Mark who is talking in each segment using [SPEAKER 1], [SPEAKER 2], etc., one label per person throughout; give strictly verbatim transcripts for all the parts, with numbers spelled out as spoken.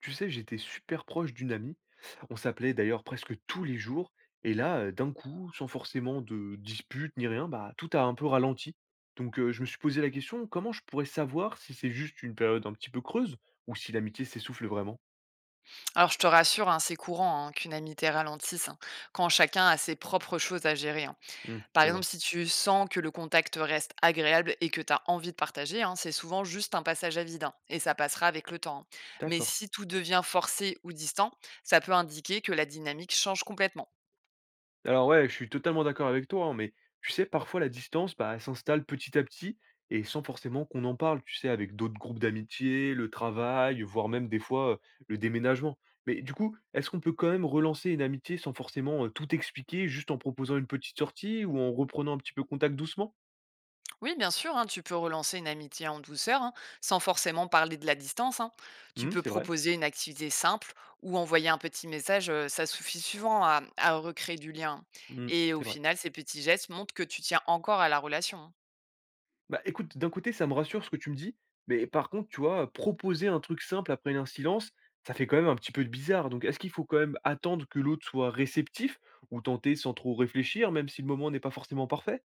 [SPEAKER 1] Tu sais, j'étais super proche d'une amie. On s'appelait d'ailleurs presque tous les jours. Et là, heu, d'un coup, sans forcément de dispute ni rien, bah, tout a un peu ralenti. Donc, heu, je me suis posé la question, comment je pourrais savoir si c'est juste une période un petit peu creuse ou si l'amitié s'essouffle vraiment?
[SPEAKER 2] Alors je te rassure, hein, c'est courant, hein, qu'une amitié ralentisse, hein, quand chacun a ses propres choses à gérer, hein.
[SPEAKER 1] Mmh,
[SPEAKER 2] Par
[SPEAKER 1] je
[SPEAKER 2] exemple,
[SPEAKER 1] vois.
[SPEAKER 2] si tu sens que le contact reste agréable et que tu as envie de partager, hein, c'est souvent juste un passage à vide, hein, et ça passera avec le temps, hein. Mais
[SPEAKER 1] D'accord.
[SPEAKER 2] si tout devient forcé ou distant, ça peut indiquer que la dynamique change complètement.
[SPEAKER 1] Alors ouais, je suis totalement d'accord avec toi, hein, mais tu sais, parfois la distance, bah, elle s'installe petit à petit et sans forcément qu'on en parle, tu sais, avec d'autres groupes d'amitié, le travail, voire même des fois euh, le déménagement. Mais du coup, est-ce qu'on peut quand même relancer une amitié sans forcément euh, tout expliquer, juste en proposant une petite sortie ou en reprenant un petit peu contact doucement.
[SPEAKER 2] Oui, bien sûr, hein, tu peux relancer une amitié en douceur, hein, sans forcément parler de la distance, hein. Tu
[SPEAKER 1] Hmm,
[SPEAKER 2] peux
[SPEAKER 1] c'est vrai.
[SPEAKER 2] proposer une activité simple ou envoyer un petit message, euh, ça suffit souvent à, à recréer du lien.
[SPEAKER 1] Hmm,
[SPEAKER 2] Et au
[SPEAKER 1] c'est vrai.
[SPEAKER 2] final, ces petits gestes montrent que tu tiens encore à la relation, hein.
[SPEAKER 1] Bah, écoute, d'un côté, ça me rassure ce que tu me dis, mais par contre, tu vois, proposer un truc simple après un silence, ça fait quand même un petit peu de bizarre. Donc, est-ce qu'il faut quand même attendre que l'autre soit réceptif ou tenter sans trop réfléchir, même si le moment n'est pas forcément parfait?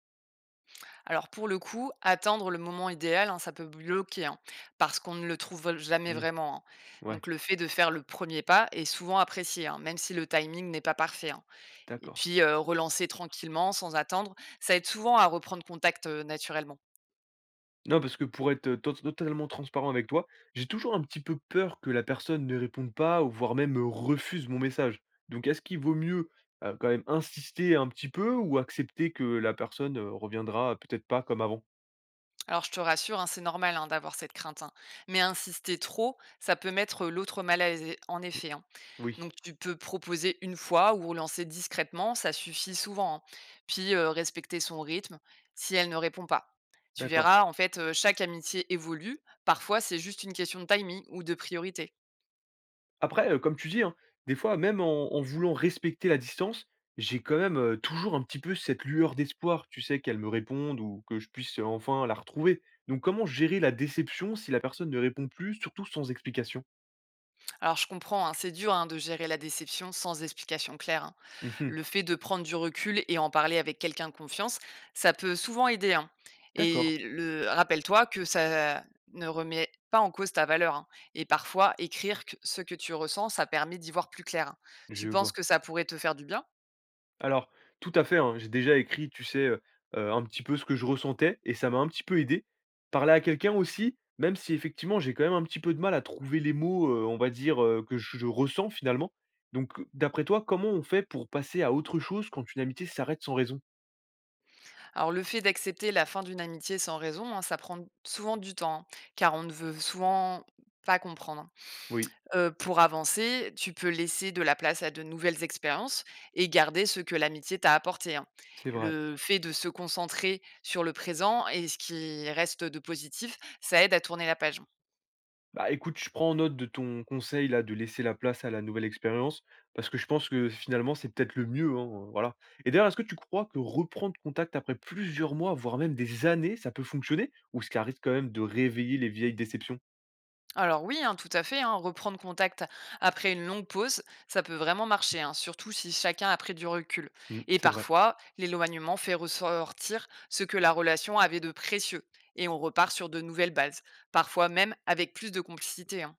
[SPEAKER 2] Alors pour le coup, attendre le moment idéal, hein, ça peut bloquer, hein, parce qu'on ne le trouve jamais
[SPEAKER 1] Hmm,
[SPEAKER 2] vraiment, hein.
[SPEAKER 1] ouais,
[SPEAKER 2] Donc le fait de faire le premier pas est souvent apprécié, hein, même si le timing n'est pas parfait, hein. Et
[SPEAKER 1] d'accord.
[SPEAKER 2] puis, heu, relancer tranquillement, sans attendre. Ça aide souvent à reprendre contact, heu, naturellement.
[SPEAKER 1] Non, parce que pour être to- totalement transparent avec toi, j'ai toujours un petit peu peur que la personne ne réponde pas ou voire même refuse mon message. Donc, est-ce qu'il vaut mieux euh, quand même insister un petit peu ou accepter que la personne euh, reviendra peut-être pas comme avant?
[SPEAKER 2] Alors je te rassure, hein, c'est normal, hein, d'avoir cette crainte, hein, mais insister trop, ça peut mettre l'autre mal à l'aise, en effet, hein. Donc
[SPEAKER 1] Oui.
[SPEAKER 2] tu peux proposer une fois ou relancer discrètement, ça suffit souvent, hein. Puis, heu, respecter son rythme si elle ne répond pas. Tu
[SPEAKER 1] D'accord.
[SPEAKER 2] verras, en fait, heu, chaque amitié évolue. Parfois, c'est juste une question de timing ou de priorité.
[SPEAKER 1] Après, heu, comme tu dis, hein, des fois même en en voulant respecter la distance, j'ai quand même, heu, toujours un petit peu cette lueur d'espoir, tu sais? Qu'elle me réponde ou que je puisse, heu, enfin la retrouver. Donc comment gérer la déception si la personne ne répond plus, surtout sans explication?
[SPEAKER 2] Alors je comprends, hein, c'est dur, hein, de gérer la déception sans explication claire, hein.
[SPEAKER 1] Mmh.
[SPEAKER 2] Le fait de prendre du recul et en parler avec quelqu'un de confiance, ça peut souvent aider, hein.
[SPEAKER 1] D'accord,
[SPEAKER 2] Et le rappelle-toi que ça ne remet pas en cause ta valeur, hein. Et parfois, écrire que- ce que tu ressens, ça permet d'y voir plus clair, hein.
[SPEAKER 1] je
[SPEAKER 2] Tu penses
[SPEAKER 1] vois.
[SPEAKER 2] que ça pourrait te faire du bien?
[SPEAKER 1] Alors, tout à fait, hein. J'ai déjà écrit, tu sais, heu heu, un petit peu ce que je ressentais et ça m'a un petit peu aidé. Parler à quelqu'un aussi, même si effectivement j'ai quand même un petit peu de mal à trouver les mots, heu, on va dire, heu, que je je ressens finalement. Donc, d'après toi, comment on fait pour passer à autre chose quand une amitié s'arrête sans raison?
[SPEAKER 2] Alors, le fait d'accepter la fin d'une amitié sans raison, hein, ça prend souvent du temps, hein, car on ne veut souvent pas comprendre, hein.
[SPEAKER 1] Oui,
[SPEAKER 2] Heu, pour avancer, tu peux laisser de la place à de nouvelles expériences et garder ce que l'amitié t'a apporté, hein.
[SPEAKER 1] c'est vrai.
[SPEAKER 2] Le fait de se concentrer sur le présent et ce qui reste de positif, ça aide à tourner la page.
[SPEAKER 1] Bah, écoute, je prends note de ton conseil là, de laisser la place à la nouvelle expérience, parce que je pense que finalement c'est peut-être le mieux, hein, voilà. Et d'ailleurs, est-ce que tu crois que reprendre contact après plusieurs mois, voire même des années, ça peut fonctionner? Ou ce qui risque quand même de réveiller les vieilles déceptions?
[SPEAKER 2] Alors oui, hein, tout à fait, hein, reprendre contact après une longue pause, ça peut vraiment marcher, hein, surtout si chacun a pris du recul,
[SPEAKER 1] Mmh,
[SPEAKER 2] et
[SPEAKER 1] c'est vrai.
[SPEAKER 2] parfois, l'éloignement fait ressortir ce que la relation avait de précieux et on repart sur de nouvelles bases, parfois même avec plus de complicité, hein.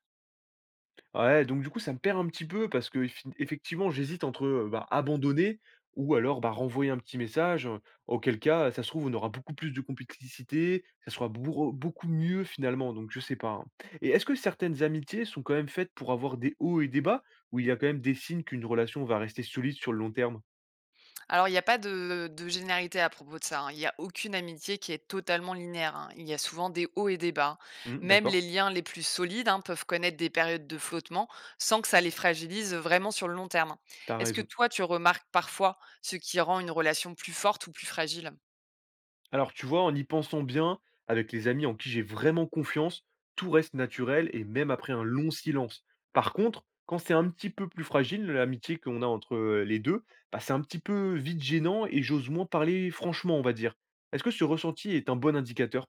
[SPEAKER 1] Ouais, donc du coup, ça me perd un petit peu parce que effi effectivement, j'hésite entre, heu, bah, abandonner ou alors, bah, renvoyer un petit message, heu, auquel cas, ça se trouve, on aura beaucoup plus de complicité, ça sera bourre beaucoup mieux finalement, donc je sais pas, hein. Et est-ce que certaines amitiés sont quand même faites pour avoir des hauts et des bas? Où il y a quand même des signes qu'une relation va rester solide sur le long terme?
[SPEAKER 2] Alors, il n'y a pas de de généralité à propos de ça, hein. Il n'y a aucune amitié qui est totalement linéaire, hein. Il y a souvent des hauts et des bas.
[SPEAKER 1] Mmh,
[SPEAKER 2] Même
[SPEAKER 1] d'accord.
[SPEAKER 2] les liens les plus solides, hein, peuvent connaître des périodes de flottement sans que ça les fragilise vraiment sur le long terme.
[SPEAKER 1] T'as
[SPEAKER 2] Est-ce que
[SPEAKER 1] raison.
[SPEAKER 2] toi, tu remarques parfois ce qui rend une relation plus forte ou plus fragile?
[SPEAKER 1] Alors, tu vois, en y pensant bien, avec les amis en qui j'ai vraiment confiance, tout reste naturel et même après un long silence. Par contre, quand c'est un petit peu plus fragile, l'amitié qu'on a entre euh, les deux, bah, c'est un petit peu vite gênant et j'ose moins parler franchement, on va dire. Est-ce que ce ressenti est un bon indicateur?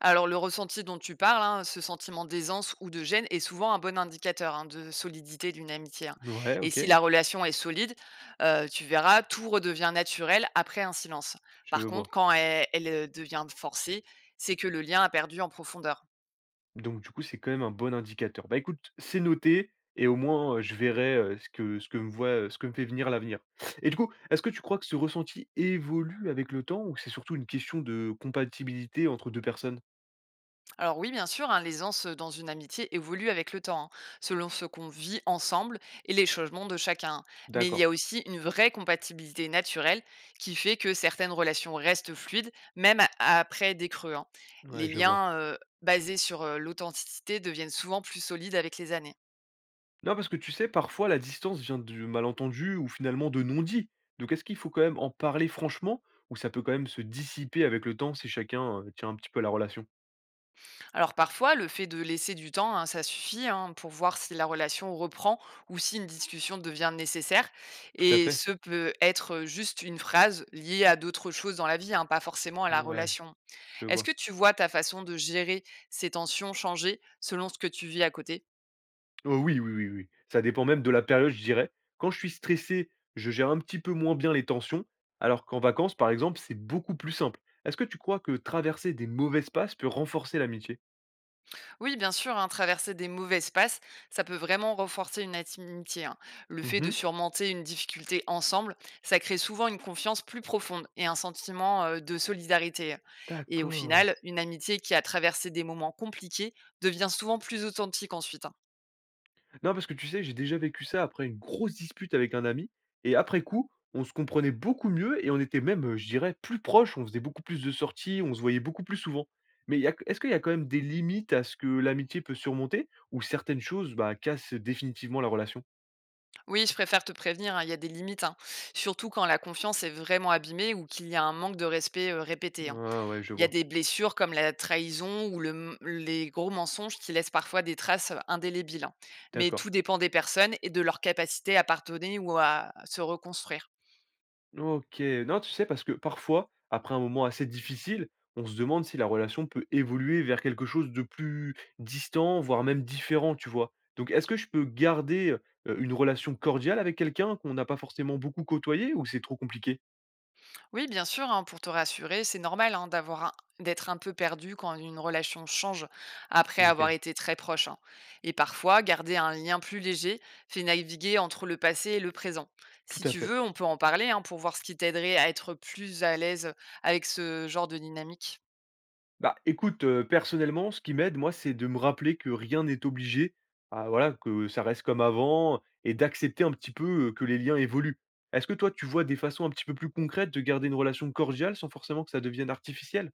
[SPEAKER 2] Alors le ressenti dont tu parles, hein, ce sentiment d'aisance ou de gêne est souvent un bon indicateur, hein, de solidité d'une amitié, hein.
[SPEAKER 1] Ouais,
[SPEAKER 2] Et si
[SPEAKER 1] ok,
[SPEAKER 2] la relation est solide, euh, tu verras, tout redevient naturel après un silence.
[SPEAKER 1] je
[SPEAKER 2] Par
[SPEAKER 1] vois.
[SPEAKER 2] contre, quand elle, elle, euh, devient forcée, c'est que le lien a perdu en profondeur.
[SPEAKER 1] Donc du coup, c'est quand même un bon indicateur. Bah écoute, c'est noté et au moins, heu, je verrai, heu, ce que ce que me voit, heu, ce que me fait venir l'avenir. Et du coup, est-ce que tu crois que ce ressenti évolue avec le temps ou c'est surtout une question de compatibilité entre deux personnes?
[SPEAKER 2] Alors oui, bien sûr, hein, les anses dans une amitié évoluent avec le temps, hein, selon ce qu'on vit ensemble et les changements de chacun, hein. Mais il y
[SPEAKER 1] D'accord,
[SPEAKER 2] a aussi une vraie compatibilité naturelle qui fait que certaines relations restent fluides, même a- après des creux, hein.
[SPEAKER 1] ouais,
[SPEAKER 2] Les
[SPEAKER 1] je vois.
[SPEAKER 2] liens euh, basés sur euh, l'authenticité deviennent souvent plus solides avec les années.
[SPEAKER 1] Non, parce que tu sais, parfois la distance vient de malentendus ou finalement de non-dits. Donc est-ce qu'il faut quand même en parler franchement ou ça peut quand même se dissiper avec le temps si chacun, heu, tient un petit peu la relation?
[SPEAKER 2] Alors parfois, le fait de laisser du temps, hein, ça suffit, hein, pour voir si la relation reprend ou si une discussion devient nécessaire.
[SPEAKER 1] Tout à
[SPEAKER 2] Et
[SPEAKER 1] fait,
[SPEAKER 2] ce peut être juste une phrase liée à d'autres choses dans la vie, hein, pas forcément à la
[SPEAKER 1] ouais,
[SPEAKER 2] relation.
[SPEAKER 1] je
[SPEAKER 2] Est-ce
[SPEAKER 1] vois.
[SPEAKER 2] que tu vois ta façon de gérer ces tensions changer selon ce que tu vis à côté?
[SPEAKER 1] Oh oui, oui, oui, oui. Ça dépend même de la période, je dirais. Quand je suis stressé, je gère un petit peu moins bien les tensions, alors qu'en vacances, par exemple, c'est beaucoup plus simple. Est-ce que tu crois que traverser des mauvais passes peut renforcer l'amitié?
[SPEAKER 2] Oui, bien sûr, hein, traverser des mauvaises passes, ça peut vraiment renforcer une intimité, hein. Le fait de
[SPEAKER 1] Mhm.
[SPEAKER 2] surmonter une difficulté ensemble, ça crée souvent une confiance plus profonde et un sentiment euh, de solidarité, hein. Et au
[SPEAKER 1] D'accord.
[SPEAKER 2] final, une amitié qui a traversé des moments compliqués devient souvent plus authentique ensuite, hein.
[SPEAKER 1] Non, parce que tu sais, j'ai déjà vécu ça après une grosse dispute avec un ami, et après coup, on se comprenait beaucoup mieux et on était même, euh, je dirais, plus proches, on faisait beaucoup plus de sorties, on se voyait beaucoup plus souvent. Mais y a- est-ce qu'il y a quand même des limites à ce que l'amitié peut surmonter, ou certaines choses bah, cassent définitivement la relation?
[SPEAKER 2] Oui, je préfère te prévenir, hein, il y a des limites, hein, surtout quand la confiance est vraiment abîmée ou qu'il y a un manque de respect euh, répété, hein.
[SPEAKER 1] Ah ouais, je
[SPEAKER 2] Il y a
[SPEAKER 1] vois.
[SPEAKER 2] des blessures comme la trahison ou le m les gros mensonges qui laissent parfois des traces indélébiles, hein. Mais
[SPEAKER 1] D'accord.
[SPEAKER 2] tout dépend des personnes et de leur capacité à pardonner ou à se reconstruire.
[SPEAKER 1] OK. Non, tu sais, parce que parfois, après un moment assez difficile, on se demande si la relation peut évoluer vers quelque chose de plus distant, voire même différent, tu vois? Donc, est-ce que je peux garder, heu, une relation cordiale avec quelqu'un qu'on n'a pas forcément beaucoup côtoyé ou c'est trop compliqué?
[SPEAKER 2] Oui, bien sûr, hein, pour te rassurer, c'est normal, hein, d'avoir un d'être un peu perdu quand une relation change après avoir
[SPEAKER 1] OK,
[SPEAKER 2] été très proche, hein. Et parfois, garder un lien plus léger fait naviguer entre le passé et le présent.
[SPEAKER 1] tout
[SPEAKER 2] Si
[SPEAKER 1] à
[SPEAKER 2] tu
[SPEAKER 1] fait.
[SPEAKER 2] veux, on peut en parler, hein, pour voir ce qui t'aiderait à être plus à l'aise avec ce genre de dynamique.
[SPEAKER 1] Bah, écoute, heu, personnellement, ce qui m'aide, moi, c'est de me rappeler que rien n'est obligé. Ah voilà, que ça reste comme avant et d'accepter un petit peu, heu, que les liens évoluent. Est-ce que toi, tu vois des façons un petit peu plus concrètes de garder une relation cordiale sans forcément que ça devienne artificiel?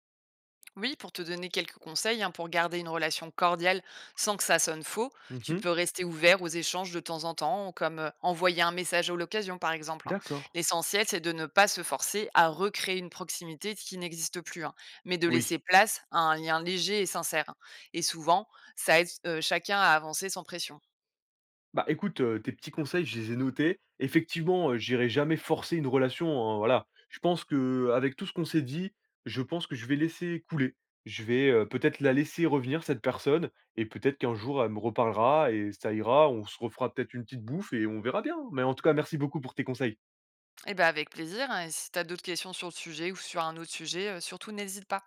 [SPEAKER 2] Oui, pour te donner quelques conseils, hein, pour garder une relation cordiale sans que ça sonne faux, tu
[SPEAKER 1] Mmh,
[SPEAKER 2] peux rester ouvert aux échanges de temps en temps, comme euh, envoyer un message à l'occasion, par exemple, hein.
[SPEAKER 1] d'accord.
[SPEAKER 2] L'essentiel, c'est de ne pas se forcer à recréer une proximité qui n'existe plus, hein, mais de
[SPEAKER 1] Oui.
[SPEAKER 2] laisser place à un lien léger et sincère, hein. Et souvent, ça aide euh, chacun à avancer sans pression.
[SPEAKER 1] Bah, écoute, heu, tes petits conseils, je les ai notés. Effectivement, heu, j'irai jamais forcer une relation, hein, voilà. Je pense que avec tout ce qu'on s'est dit, je pense que je vais laisser couler. Je vais, heu, peut-être la laisser revenir cette personne et peut-être qu'un jour elle me reparlera et ça ira. On se refera peut-être une petite bouffe et on verra bien. Mais en tout cas, merci beaucoup pour tes conseils.
[SPEAKER 2] Et ben, avec plaisir, hein, et si tu as d'autres questions sur le sujet ou sur un autre sujet, euh, surtout n'hésite pas.